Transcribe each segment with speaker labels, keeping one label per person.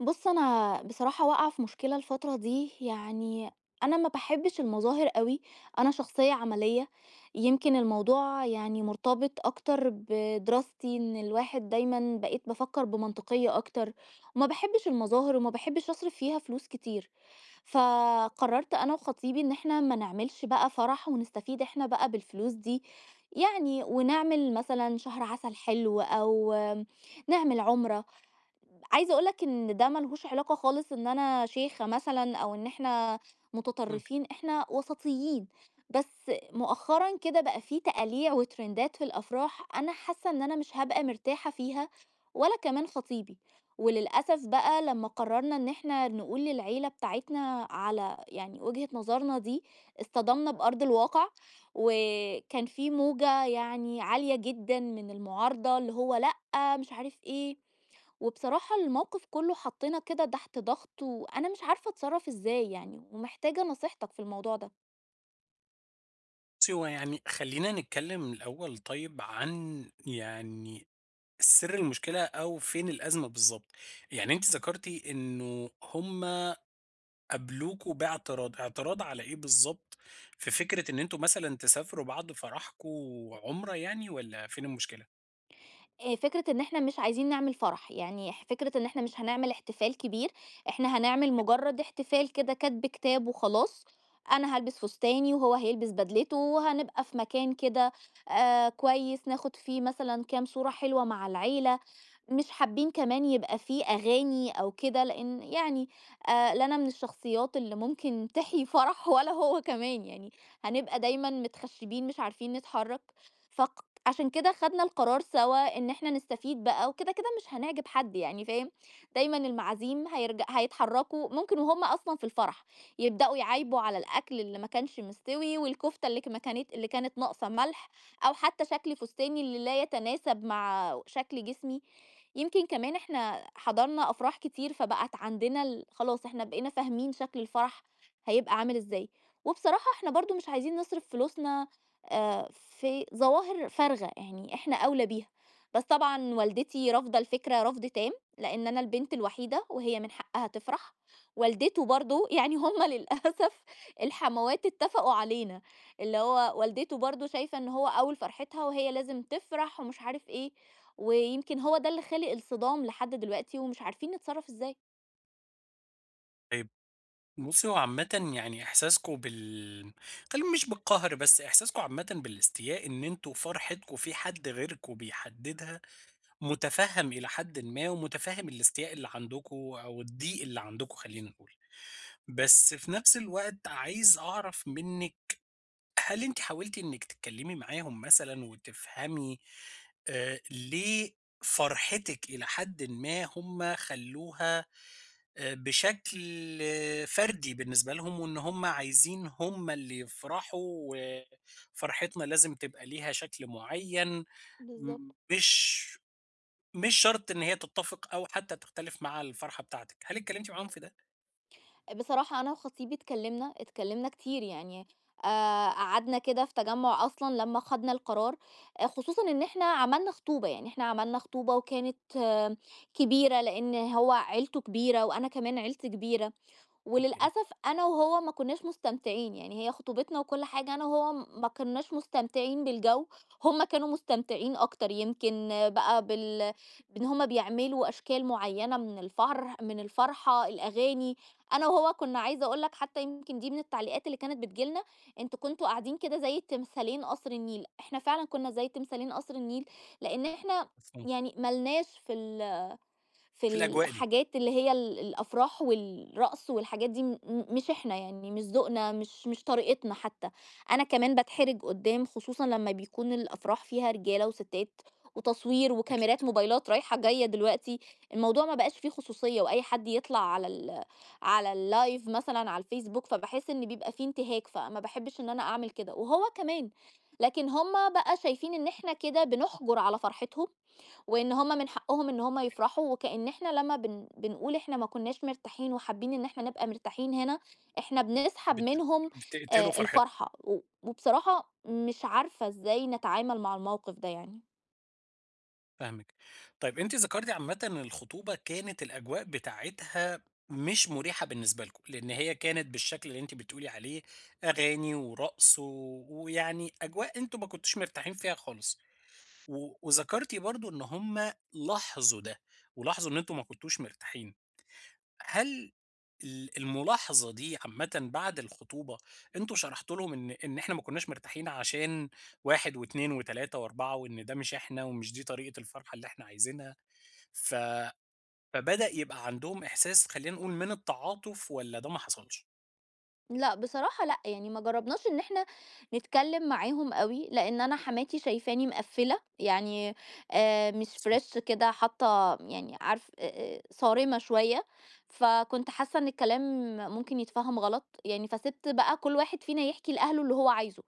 Speaker 1: بُص، أنا بصراحة واقعة في مشكلة الفترة دي، يعني أنا ما باحبش المظاهر أوي، أنا شخصية عملية، يمكن الموضوع يعني مرتبط أكتر بدراستي، إن الواحد دايمًا بقيت بافكر بمنطقية أكتر، وما باحبش المظاهر وما باحبش أصرف فيها فلوس كتير، فقررت أنا وخطيبي إن إحنا ما نعملش بقى فرح ونستفيد إحنا بقى بالفلوس دي، يعني ونعمل مثلًا شهر عسل حلو أو نعمل عُمرة. عايزة أقول لك إن ده ما لهوش علاقة خالص إن أنا شيخة مثلًا أو إن إحنا
Speaker 2: إمم.
Speaker 1: متطرفين، إحنا وسطيين. بس مؤخرًا كده بقى في تقاليع وترندات في الأفراح أنا حاسة إن أنا مش هابقى مرتاحة فيها ولا كمان خطيبي. وللأسف بقى لمّا قررنا إن إحنا نقول للعيلة بتاعتنا على يعني وجهة نظرنا دي، اصطدمنا بأرض الواقع، وكان في موجة يعني عالية جدًا من المعارضة اللي هو لأ، مش عارف إيه. وبصراحة الموقف كله حطّينا كده تحت ضغط، وأنا مش عارفة أتصرّف إزاي يعني، ومحتاجة نصيحتك في الموضوع ده.
Speaker 2: بُصّي، هو يعني خلّينا نتكلّم الأول طيب عن يعني سِر المشكلة أو فين الأزمة بالضبط. يعني أنتِ ذكرتِ إنه هم قابلوكم باعتراض، اعتراض على إيه بالضبط؟ في فكرة إن أنتم مثلًا تسافروا بعد فرحكم عُمرة يعني والّا فين المشكلة؟
Speaker 1: فكرة إن إحنا مش عايزين نعمل فرح، يعني فكرة إن إحنا مش هنعمل احتفال كبير، إحنا هنعمل مجرّد احتفال كده كَتْب كتاب وخلاص، أنا هالبس فستاني وهو هيلبس بدلته، وهنبقى في مكان كده كويس، ناخُد فيه مثلًا كام صورة حلوة مع العيلة، مش حابين كمان يبقى فيه أغاني أو كده، لإن يعني لا أنا من الشخصيات اللي ممكن تحيي فرح ولا هو كمان، يعني هنبقى دايمًا متخشبين مش عارفين نتحرك، عشان كده خدنا القرار سوا إن إحنا نستفيد بقى وكده، كده مش هنعجب حد يعني فاهم، دايمًا المعازيم هيتحركوا ممكن وهُم أصلًا في الفرح، يبدأوا يعايبوا على الأكل اللي ما كانش مستوي والكفتة اللي ك ما كانت اللي كانت ناقصة ملح، أو حتى شكل فستاني اللي لا يتناسب مع شكل جسمي. يمكن كمان إحنا حضرنا أفراح كتير، فبقت عندنا خلاص إحنا بقينا فاهمين شكل الفرح هيبقى عامل إزاي، وبصراحة إحنا برضه مش عايزين نصرف فلوسنا في ظواهر فارغة، يعني إحنا أولى بيها. بس طبعًا والدتي رافضة الفكرة رفض تام، لإن أنا البنت الوحيدة وهي من حقها تفرح، والدته برضه يعني هم للأسف الحموات اتفقوا علينا، اللي هو والدته برضه شايفة إن هو أول فرحتها وهي لازم تفرح ومش عارف إيه، ويمكن هو ده اللي خالق الصدام لحد دلوقتي ومش عارفين نتصرّف إزاي.
Speaker 2: طيب بُصّي، هو عامةً يعني إحساسكم بال خلّينا مش بالقهر، بس إحساسكم عامةً بالاستياء إن أنتم فرحتكم في حد غيركم بيحدّدها متفهم إلى حدٍ ما، ومتفهم الاستياء اللي عندكم أو الضيق اللي عندكم خلّينا نقول، بس في نفس الوقت عايز أعرف منِّك هل أنتِ حاولتِ إنِّك تتكلمي معاهم مثلًا وتفهمي ليه فرحتِك إلى حدٍ ما هُم خلّوها بشكل فردي بالنسبة لهم، وإن هُم عايزين هُم اللي يفرحوا وفرحتنا لازم تبقى ليها شكل معيّن، م
Speaker 1: بالضبط.
Speaker 2: مش مش شرط إن هي تتّفق أو حتى تختلف مع الفرحة بتاعتك، هل اتكلمتِ معاهم في ده؟
Speaker 1: بصراحة أنا وخطيبي اتكلّمنا كتير يعني قعدنا كده في تجمُّع أصلًا لمّا خَدنا القرار، خصوصًا إن إحنا عملنا خطوبة، يعني إحنا عملنا خطوبة وكانت آه، كبيرة لإن هو عيلته كبيرة وأنا كمان عيلتي كبيرة.
Speaker 2: أوكي،
Speaker 1: وللأسف أنا وهو ما كناش مستمتعين، يعني هي خطوبتنا وكل حاجة أنا وهو ما كناش مستمتعين بالجو، هم كانوا مستمتعين أكتر يمكن بقى بإن هم بيعملوا أشكال معيّنة من الفرحة، الأغاني، أنا وهو كنا عايزة أقول لك حتى يمكن دي من التعليقات اللي كانت بتيجي لنا، أنتم كنتم قاعدين كده زي تمثالين قصر النيل، إحنا فعلًا كنا زي تمثالين قصر النيل، لإن إحنا
Speaker 2: مفهوم،
Speaker 1: يعني ما لناش في
Speaker 2: في الأجواء دي
Speaker 1: الحاجات اللي هي الأفراح والرقص والحاجات دي مش إحنا يعني، مش ذوقنا، مش طريقتنا حتى. أنا كمان باتحرج قدّام خصوصًا لمّا بيكون الأفراح فيها رجالة وستات وتصوير
Speaker 2: أكيد،
Speaker 1: وكاميرات موبايلات رايحة جاية دلوقتي، الموضوع ما بقاش فيه خصوصية وأي حد يطلع على الlive مثلًا على الفيسبوك، فباحس إن بيبقى فيه انتهاك، فما باحبش إن أنا أعمل كده، وهو كمان. لكن هم بقى شايفين إن إحنا كده بنحجر على فرحتهم وإن هم من حقهم إن هم يفرحوا وكأن إحنا لما بنقول إحنا ما كناش مرتاحين وحابين إن إحنا نبقى مرتاحين هنا إحنا بنسحب
Speaker 2: بت
Speaker 1: منهم.
Speaker 2: بتقتلوا
Speaker 1: آه،
Speaker 2: فرحتها،
Speaker 1: الفرحة وبصراحة مش عارفة إزاي نتعامل مع الموقف ده يعني.
Speaker 2: فاهمِك. طيب أنتِ ذكرتِ عامةً إن الخطوبة كانت الأجواء بتاعتها مش مريحة بالنسبة لكم، لإن هي كانت بالشكل اللي أنتِ بتقولي عليه، أغاني ورقص و ويعني أجواء أنتم ما كنتوش مرتاحين فيها خالص، و وذكرتِ برضه إن هُم لاحظوا ده، ولاحظوا إن أنتم ما كنتوش مرتاحين. هل الملاحظة دي عامةً بعد الخطوبة، أنتم شرحتوا لهم إن إحنا ما كناش مرتاحين عشان 1 و2 و3 و4 وإن ده مش إحنا ومش دي طريقة الفرحة اللي إحنا عايزينها، ف فبدأ يبقى عندهم إحساس خلّينا نقول من التعاطف والّا ده ما حصلش؟
Speaker 1: لأ، بصراحة لأ، يعني ما جرّبناش إن إحنا نتكلّم معاهم أوي، لإن أنا حماتي شايفاني مقفّلة، يعني مش
Speaker 2: مفهوم.
Speaker 1: فريش كده حاطّة يعني عارف صارمة شوية، فكنت حاسّة إن الكلام ممكن يتفهَم غلط، يعني فسِبت بقى كل واحد فينا يحكي لأهله اللي هو عايزه.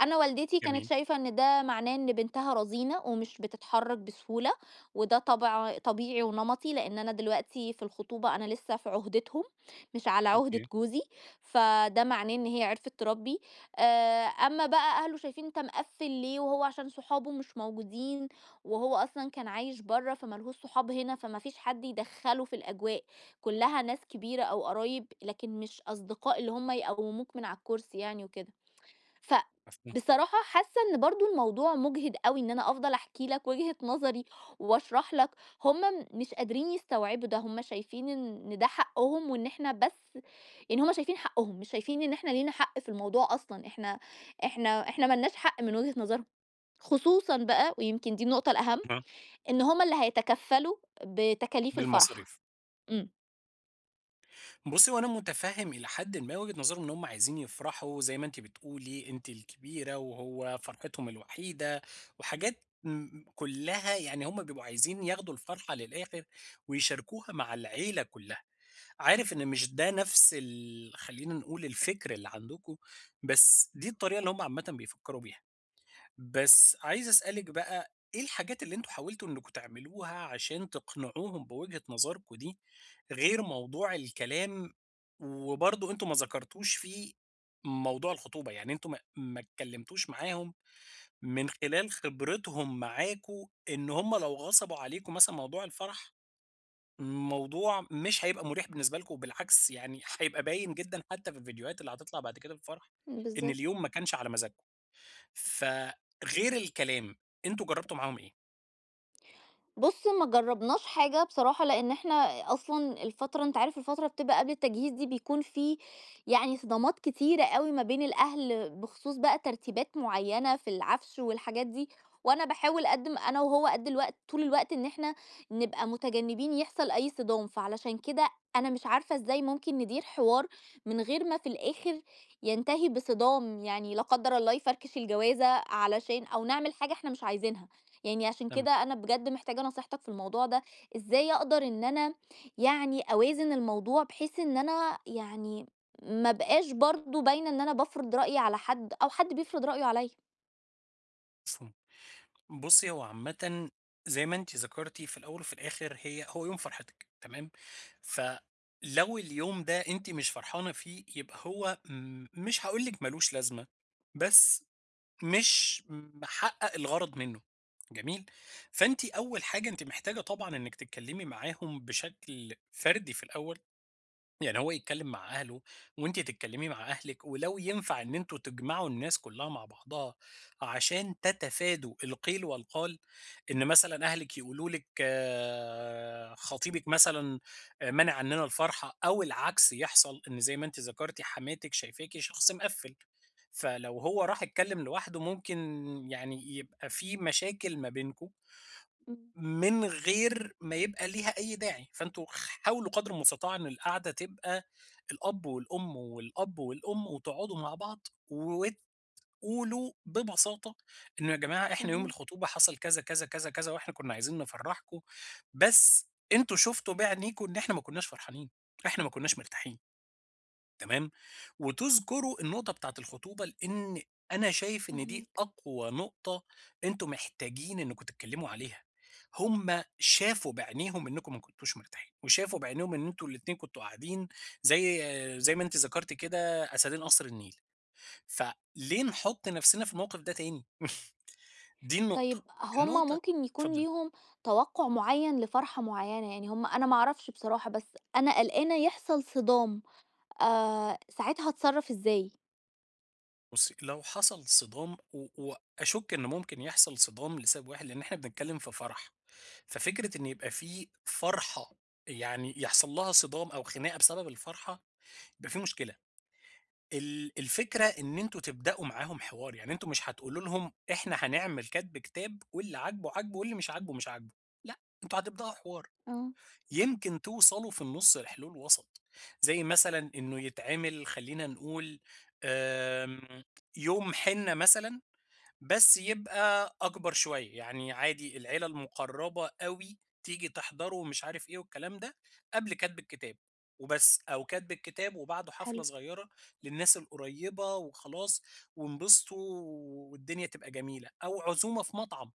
Speaker 1: أنا والدتي كانت
Speaker 2: جميل،
Speaker 1: شايفة إن ده معناه إن بنتها رزينة ومش بتتحرّك بسهولة، وده طبع طبيعي ونمَطي، لإن أنا دلوقتي في الخطوبة أنا لسه في عُهدتهم، مش على عُهدة
Speaker 2: أوكي،
Speaker 1: جوزي. فده معناه إن هي عرفت تربّي، أمّا بقى أهله شايفين أنت مقفّل ليه وهو عشان صحابه مش موجودين وهو أصلًا كان عايش برّه فما لهوش صحاب هنا، فما فيش حد يدخّله في الأجواء، كُلّها ناس كبيرة أو قرايب لكن مش أصدقاء اللي هم يقوّموك من على الكرسي يعني وكده.
Speaker 2: مفهوم،
Speaker 1: فبصراحة حاسة إن برضه الموضوع مُجهِد أوي إن أنا أفضل أحكي لك وجهة نظري وأشرح لك، هُم م مش قادرين يستوعبوا ده، هُم شايفين إن ده حقهم وإن إحنا بس يعني هُم شايفين حقهم، مش شايفين إن إحنا لينا حق في الموضوع أصلًا، إحنا إحنا ما لناش حق من وجهة نظرهم، خصوصًا بقى ويمكن دي النقطة الأهم،
Speaker 2: آه،
Speaker 1: إن هُم اللي هيتكفّلوا بتكاليف الفرح.
Speaker 2: بالمصاريف.
Speaker 1: إمم،
Speaker 2: بُصّي، هو أنا مُتفهِّم إلى حدٍ ما وجهة نظرهم إن هُم عايزين يفرحوا زي ما أنتِ بتقولي، أنتِ الكبيرة وهو فرحتهم الوحيدة وحاجات كُلّها يعني هُم بيبقوا عايزين ياخدوا الفرحة للآخِر ويشاركوها مع العيلة كُلّها. عارف إن مش ده نفس ال خلّينا نقول الفكر اللي عندكم، بس دي الطريقة اللي هُم عامةً بيفكّروا بيها. بس عايز أسألِك بقى، إيه الحاجات اللي أنتم حاولتوا إنكم تعملوها عشان تقنعوهم بوجهة نظركم دي، غير موضوع الكلام، وبرضه أنتم ما ذكرتوش فيه موضوع الخطوبة، يعني أنتم ما اتكلمتوش معاهم من خلال خبرتهم معاكم، إن هم لو غصبوا عليكم مثلًا موضوع الفرح، موضوع مش هيبقى مريح بالنسبة لكم، وبالعكس يعني هيبقى باين جدًا حتى في الفيديوهات اللي هتطلع بعد كده في الفرح، إن
Speaker 1: بالضبط.
Speaker 2: اليوم ما كانش على مزاجكم. فغير الكلام، أنتم جرّبتوا معاهم إيه؟
Speaker 1: بُص ما جرّبناش حاجة بصراحة، لإن إحنا أصلًا الفترة أنت عارف الفترة بتبقى قبل التجهيز دي بيكون في يعني صدامات كتيرة أوي ما بين الأهل، بخصوص بقى ترتيبات معيّنة في العفش والحاجات دي، وأنا باحاول قد م أنا وهو قد الوقت طول الوقت إن إحنا نبقى متجنبين يحصل أي صدام، فعلشان كده أنا مش عارفة إزاي ممكن ندير حوار من غير ما في الآخر ينتهي بصدام، يعني لا قدّر الله يفركش الجوازة علشان أو نعمل حاجة إحنا مش عايزينها. يعني عشان
Speaker 2: فهمت،
Speaker 1: كده أنا بجد محتاجة نصيحتك في الموضوع ده، إزاي أقدر إن أنا يعني أوازن الموضوع بحيث إن أنا يعني ما أبقاش برضه باينة إن أنا بافرض رأيي على حد أو حد بيفرض رأيه عليَّ؟
Speaker 2: مفهوم. بُصّي، هو عامةً زي ما أنتِ ذكرتِ في الأول وفي الآخر هو يوم فرحتِك، تمام؟ فلو اليوم ده أنتِ مش فرحانة فيه، يبقى هو مش هاقول لِك مالوش لازمة، بس مش محقق الغرض منه، جميل؟ فأنتِ أول حاجة أنتِ محتاجة طبعًا إنِّك تتكلمي معاهم بشكل فردي في الأول. يعني هو يتكلم مع أهله وأنتِ تتكلمي مع أهلِك، ولو ينفع إن أنتم تجمعوا الناس كلها مع بعضها عشان تتفادوا القيل والقال، إن مثلًا أهلِك يقولوا لِك آه، خطيبِك مثلًا مانع عننا الفرحة، أو العكس يحصل، إن زي ما أنتِ ذكرتِ حماتِك شايفاكِ شخص مقفّل، فلو هو راح اتكلم لوحده ممكن يعني يبقى في مشاكل ما بينكم
Speaker 1: إمم،
Speaker 2: من غير ما يبقى ليها أي داعي، فأنتم حاولوا قدر المستطاع إن القعدة تبقى الأب والأم والأب والأم وتقعدوا مع بعض وتقولوا ببساطة إنه يا جماعة إحنا يوم
Speaker 1: فاهماك،
Speaker 2: الخطوبة حصل كذا، كذا، كذا، كذا، وإحنا كنا عايزين نفرّحكم، بس أنتم شُفتوا بِعينيكم إن إحنا ما كناش فرحانين، إحنا ما كناش مرتاحين. تمام؟ وتذكروا النقطة بتاعة الخطوبة، لإن أنا شايف إن دي
Speaker 1: فاهماك.
Speaker 2: أقوى نقطة أنتم محتاجين إنكم تتكلموا عليها. هم شافوا بعينيهم إنكم ما كنتوش مرتاحين، وشافوا بعينيهم إن أنتم الاتنين كنتوا قاعدين زي ما أنتِ ذكرتِ كده أسدين قصر النيل، فليه نحط نفسنا في الموقف ده تاني؟ دي
Speaker 1: طيب
Speaker 2: النقطة.
Speaker 1: هُم
Speaker 2: النقطة
Speaker 1: ممكن يكون
Speaker 2: اتفضلي.
Speaker 1: ليهم توقُّع معيّن لفرحة معيّنة، يعني هُم أنا ما أعرفش بصراحة، بس أنا قلقانة يحصل صدام، ساعتها أتصرّف إزاي؟
Speaker 2: بُصّي، لو حصل صدام و وأشُك إن ممكن يحصل صدام لسبب واحد، لإن إحنا بنتكلّم في فرح، ففكرة إن يبقى في فرحة يعني يحصل لها صدام أو خناقة بسبب الفرحة، يبقى في مشكلة. الفكرة إن أنتم تبدأوا معاهم حوار، يعني أنتم مش هتقولوا لهم إحنا هنعمل كَتْب كتاب واللي عاجبه عاجبه واللي مش عاجبه مش عاجبه، لأ، أنتم هتبدأوا حوار،
Speaker 1: آه،
Speaker 2: يمكن توصلوا في النُص لحلول وسط، زي مثلًا إنه يتعمل خلّينا نقول آمم، يوم حِنّة مثلًا بس يبقى أكبر شوية، يعني عادي العيلة المُقرّبة أوي تيجي تحضره ومش عارف إيه والكلام ده، قبل كَتْب الكتاب وبس، أو كَتْب الكتاب وبعده حفلة
Speaker 1: حلو،
Speaker 2: صغيّرة للناس القريّبة وخلاص وانبسطوا والدنيا تبقى جميلة، أو عزومة في مطعم.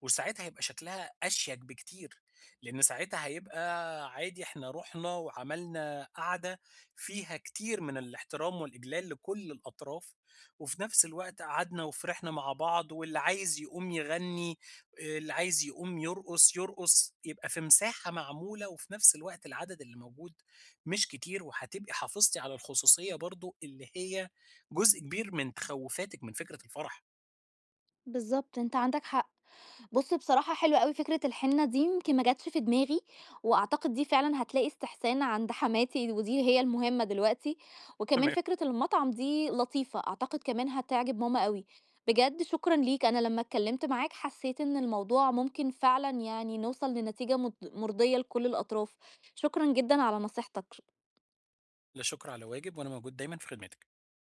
Speaker 2: وساعتها هيبقى شكلها أشيك بكتير، لإن ساعتها هيبقى عادي إحنا رُحنا وعملنا قعدة فيها كتير من الاحترام والإجلال لكل الأطراف، وفي نفس الوقت قعدنا وفرحنا مع بعض، واللي عايز يقوم يغني، اللي عايز يقوم يرقص، يرقص، يبقى في مساحة معمولة، وفي نفس الوقت العدد اللي موجود مش كتير، وهتبقي حافظتِ على الخصوصية برضه اللي هي جزء كبير من تخوّفاتِك من فكرة الفرح.
Speaker 1: بالضبط، أنت عندك حق. بُص بصراحة حلوة أوي فكرة الحنة دي، يمكن ما جاتش في دماغي، وأعتقد دي فعلًا هتلاقي استحسان عند حماتي ودي هي المهمة دلوقتي، وكمان
Speaker 2: تمام.
Speaker 1: فكرة المطعم دي لطيفة، أعتقد كمان هتعجب ماما أوي. بجد شكرًا ليك، أنا لمّا اتكلمت معاك حسيت إن الموضوع ممكن فعلًا يعني نوصل لنتيجة مرضية لكل الأطراف. شكرًا جدًا على نصيحتك.
Speaker 2: لا شكر على واجب، وأنا موجود دايمًا في خدمتِك.